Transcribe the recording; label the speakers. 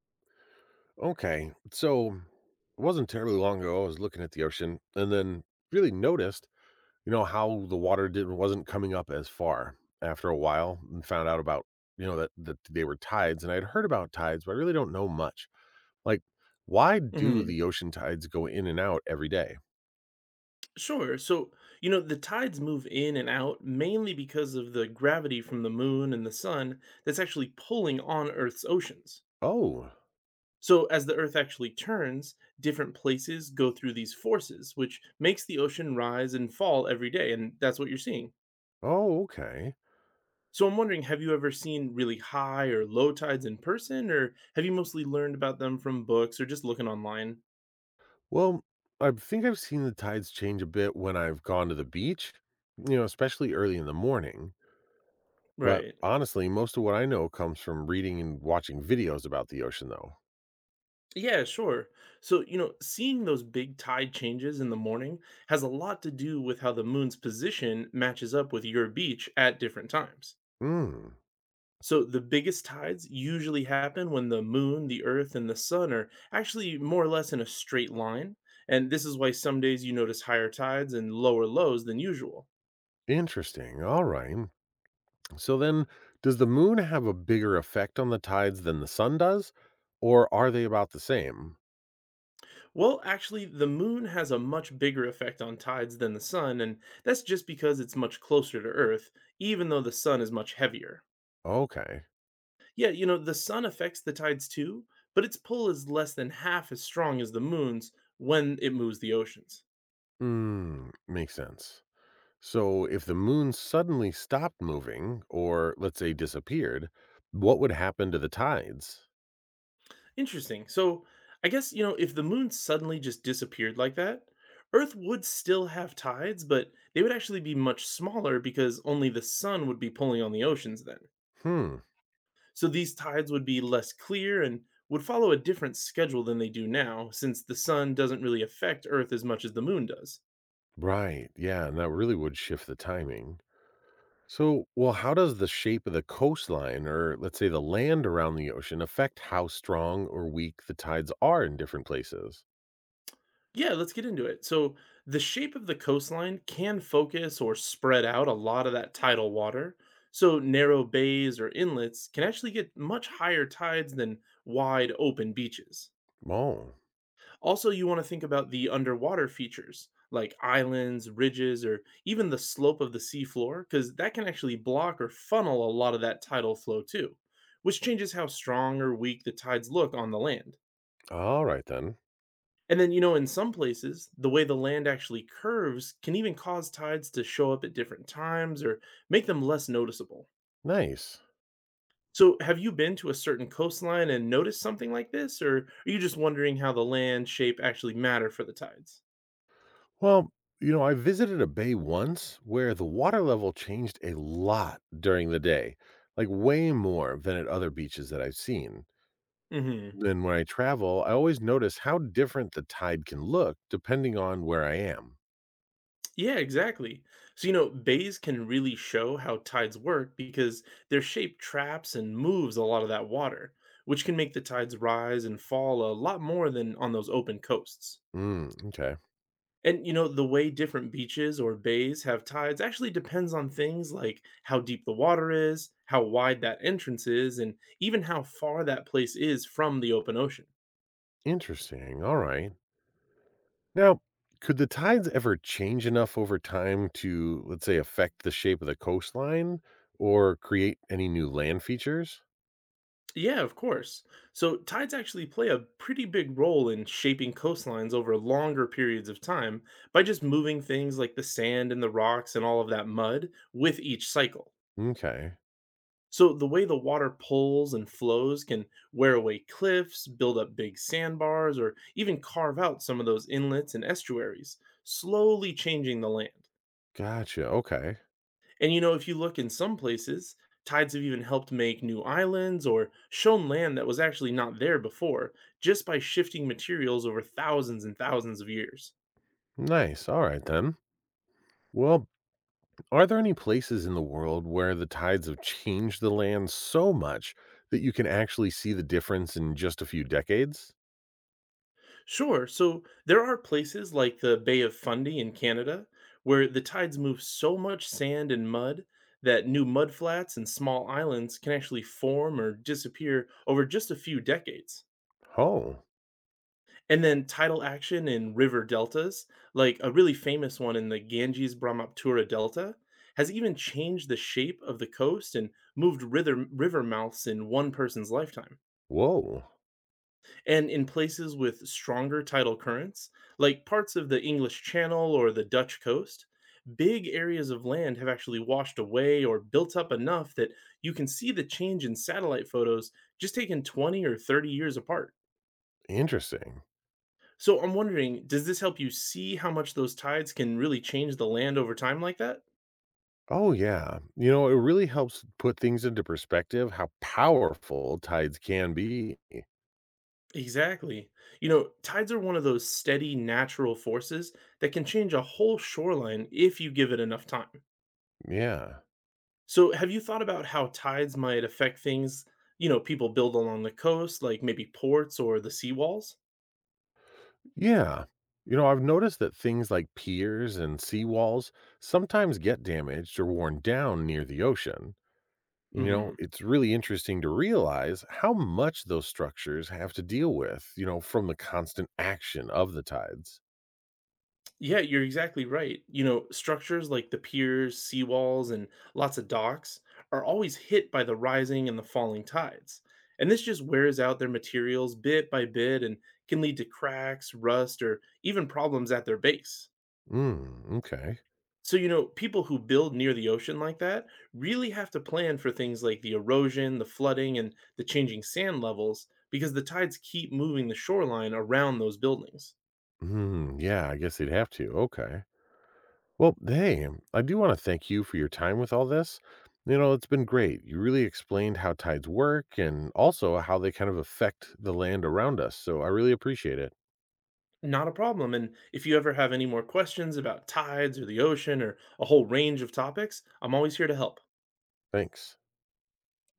Speaker 1: Okay. So it wasn't terribly long ago. I was looking at the ocean and then really noticed, you know, how the water didn't wasn't coming up as far after a while and found out about, that, they were tides. And I'd heard about tides, but I really don't know much. Like, why do
Speaker 2: Mhm.
Speaker 1: the ocean tides go in and out every day?
Speaker 2: Sure. So, the tides move in and out mainly because of the gravity from the moon and the sun that's actually pulling on Earth's oceans.
Speaker 1: Oh,
Speaker 2: So, as the Earth actually turns, different places go through these forces, which makes the ocean rise and fall every day. And that's what you're seeing.
Speaker 1: oh, okay.
Speaker 2: So, I'm wondering, have you ever seen really high or low tides in person, or have you mostly learned about them from books or just looking online?
Speaker 1: Well, I think I've seen the tides change a bit when I've gone to the beach, especially early in the morning. But,
Speaker 2: Right.
Speaker 1: honestly, most of what I know comes from reading and watching videos about the ocean, though.
Speaker 2: Yeah, sure. So, seeing those big tide changes in the morning has a lot to do with how the moon's position matches up with your beach at different times.
Speaker 1: Mm,
Speaker 2: So, the biggest tides usually happen when the moon, the earth, and the sun are actually more or less in a straight line. And this is why some days you notice higher tides and lower lows than usual.
Speaker 1: interesting. All right. So then, does the moon have a bigger effect on the tides than the sun does, or are they about the same?
Speaker 2: Well, actually, the moon has a much bigger effect on tides than the sun, and that's just because it's much closer to Earth, even though the sun is much heavier.
Speaker 1: Okay.
Speaker 2: Yeah, the sun affects the tides too, but its pull is less than half as strong as the moon's when it moves the oceans.
Speaker 1: Mm, makes sense. So, if the moon suddenly stopped moving, or let's say disappeared, what would happen to the tides?
Speaker 2: Interesting. So, I guess, if the moon suddenly just disappeared like that, Earth would still have tides, but they would actually be much smaller because only the sun would be pulling on the oceans then.
Speaker 1: Hmm.
Speaker 2: So, these tides would be less clear and would follow a different schedule than they do now, since the sun doesn't really affect Earth as much as the moon does.
Speaker 1: Right. Yeah. And that really would shift the timing. So, well, how does the shape of the coastline, or let's say the land around the ocean, affect how strong or weak the tides are in different places?
Speaker 2: Yeah, let's get into it. So, the shape of the coastline can focus or spread out a lot of that tidal water. So, narrow bays or inlets can actually get much higher tides than wide open beaches.
Speaker 1: Oh,
Speaker 2: Also, you want to think about the underwater features like islands, ridges, or even the slope of the seafloor, because that can actually block or funnel a lot of that tidal flow too, which changes how strong or weak the tides look on the land.
Speaker 1: all right then.
Speaker 2: And then, in some places, the way the land actually curves can even cause tides to show up at different times or make them less noticeable.
Speaker 1: Nice.
Speaker 2: So, have you been to a certain coastline and noticed something like this, or are you just wondering how the land shape actually matter for the tides?
Speaker 1: Well, I visited a bay once where the water level changed a lot during the day, like way more than at other beaches that I've seen.
Speaker 2: Hmm.
Speaker 1: And when I travel, I always notice how different the tide can look depending on where I am.
Speaker 2: Yeah, exactly. So, bays can really show how tides work because their shape traps and moves a lot of that water, which can make the tides rise and fall a lot more than on those open coasts.
Speaker 1: Mm, okay.
Speaker 2: And, the way different beaches or bays have tides actually depends on things like how deep the water is, how wide that entrance is, and even how far that place is from the open ocean.
Speaker 1: Interesting. All right. Now, could the tides ever change enough over time to, let's say, affect the shape of the coastline or create any new land features?
Speaker 2: Yeah, of course. So tides actually play a pretty big role in shaping coastlines over longer periods of time by just moving things like the sand and the rocks and all of that mud with each cycle.
Speaker 1: Okay.
Speaker 2: So the way the water pulls and flows can wear away cliffs, build up big sandbars, or even carve out some of those inlets and estuaries, slowly changing the land.
Speaker 1: Gotcha. Okay.
Speaker 2: And if you look in some places, tides have even helped make new islands or shown land that was actually not there before just by shifting materials over thousands and thousands of years.
Speaker 1: Nice. All right, then. Well, are there any places in the world where the tides have changed the land so much that you can actually see the difference in just a few decades?
Speaker 2: Sure. So there are places like the Bay of Fundy in Canada where the tides move so much sand and mud that new mudflats and small islands can actually form or disappear over just a few decades.
Speaker 1: Oh,
Speaker 2: And then tidal action in river deltas, like a really famous one in the Ganges Brahmaputra Delta, has even changed the shape of the coast and moved river mouths in one person's lifetime.
Speaker 1: whoa.
Speaker 2: And in places with stronger tidal currents, like parts of the English Channel or the Dutch coast, big areas of land have actually washed away or built up enough that you can see the change in satellite photos just taken 20 or 30 years apart.
Speaker 1: Interesting.
Speaker 2: So I'm wondering, does this help you see how much those tides can really change the land over time like that?
Speaker 1: Oh, yeah. It really helps put things into perspective how powerful tides can be.
Speaker 2: Exactly. Tides are one of those steady natural forces that can change a whole shoreline if you give it enough time.
Speaker 1: Yeah.
Speaker 2: So, have you thought about how tides might affect things, people build along the coast, like maybe ports or the seawalls?
Speaker 1: Yeah. You know, I've noticed that things like piers and seawalls sometimes get damaged or worn down near the ocean. You know,
Speaker 2: Hmm.
Speaker 1: it's really interesting to realize how much those structures have to deal with, from the constant action of the tides.
Speaker 2: Yeah, you're exactly right. Structures like the piers, seawalls, and lots of docks are always hit by the rising and the falling tides. And this just wears out their materials bit by bit and can lead to cracks, rust, or even problems at their base.
Speaker 1: Mm, okay.
Speaker 2: So, people who build near the ocean like that really have to plan for things like the erosion, the flooding, and the changing sand levels because the tides keep moving the shoreline around those buildings.
Speaker 1: Mm, yeah, I guess they'd have to. Okay. Well, hey, I do want to thank you for your time with all this. You know, it's been great. You really explained how tides work and also how they kind of affect the land around us. So I really appreciate it.
Speaker 2: Not a problem. And if you ever have any more questions about tides or the ocean or a whole range of topics, I'm always here to help.
Speaker 1: Thanks.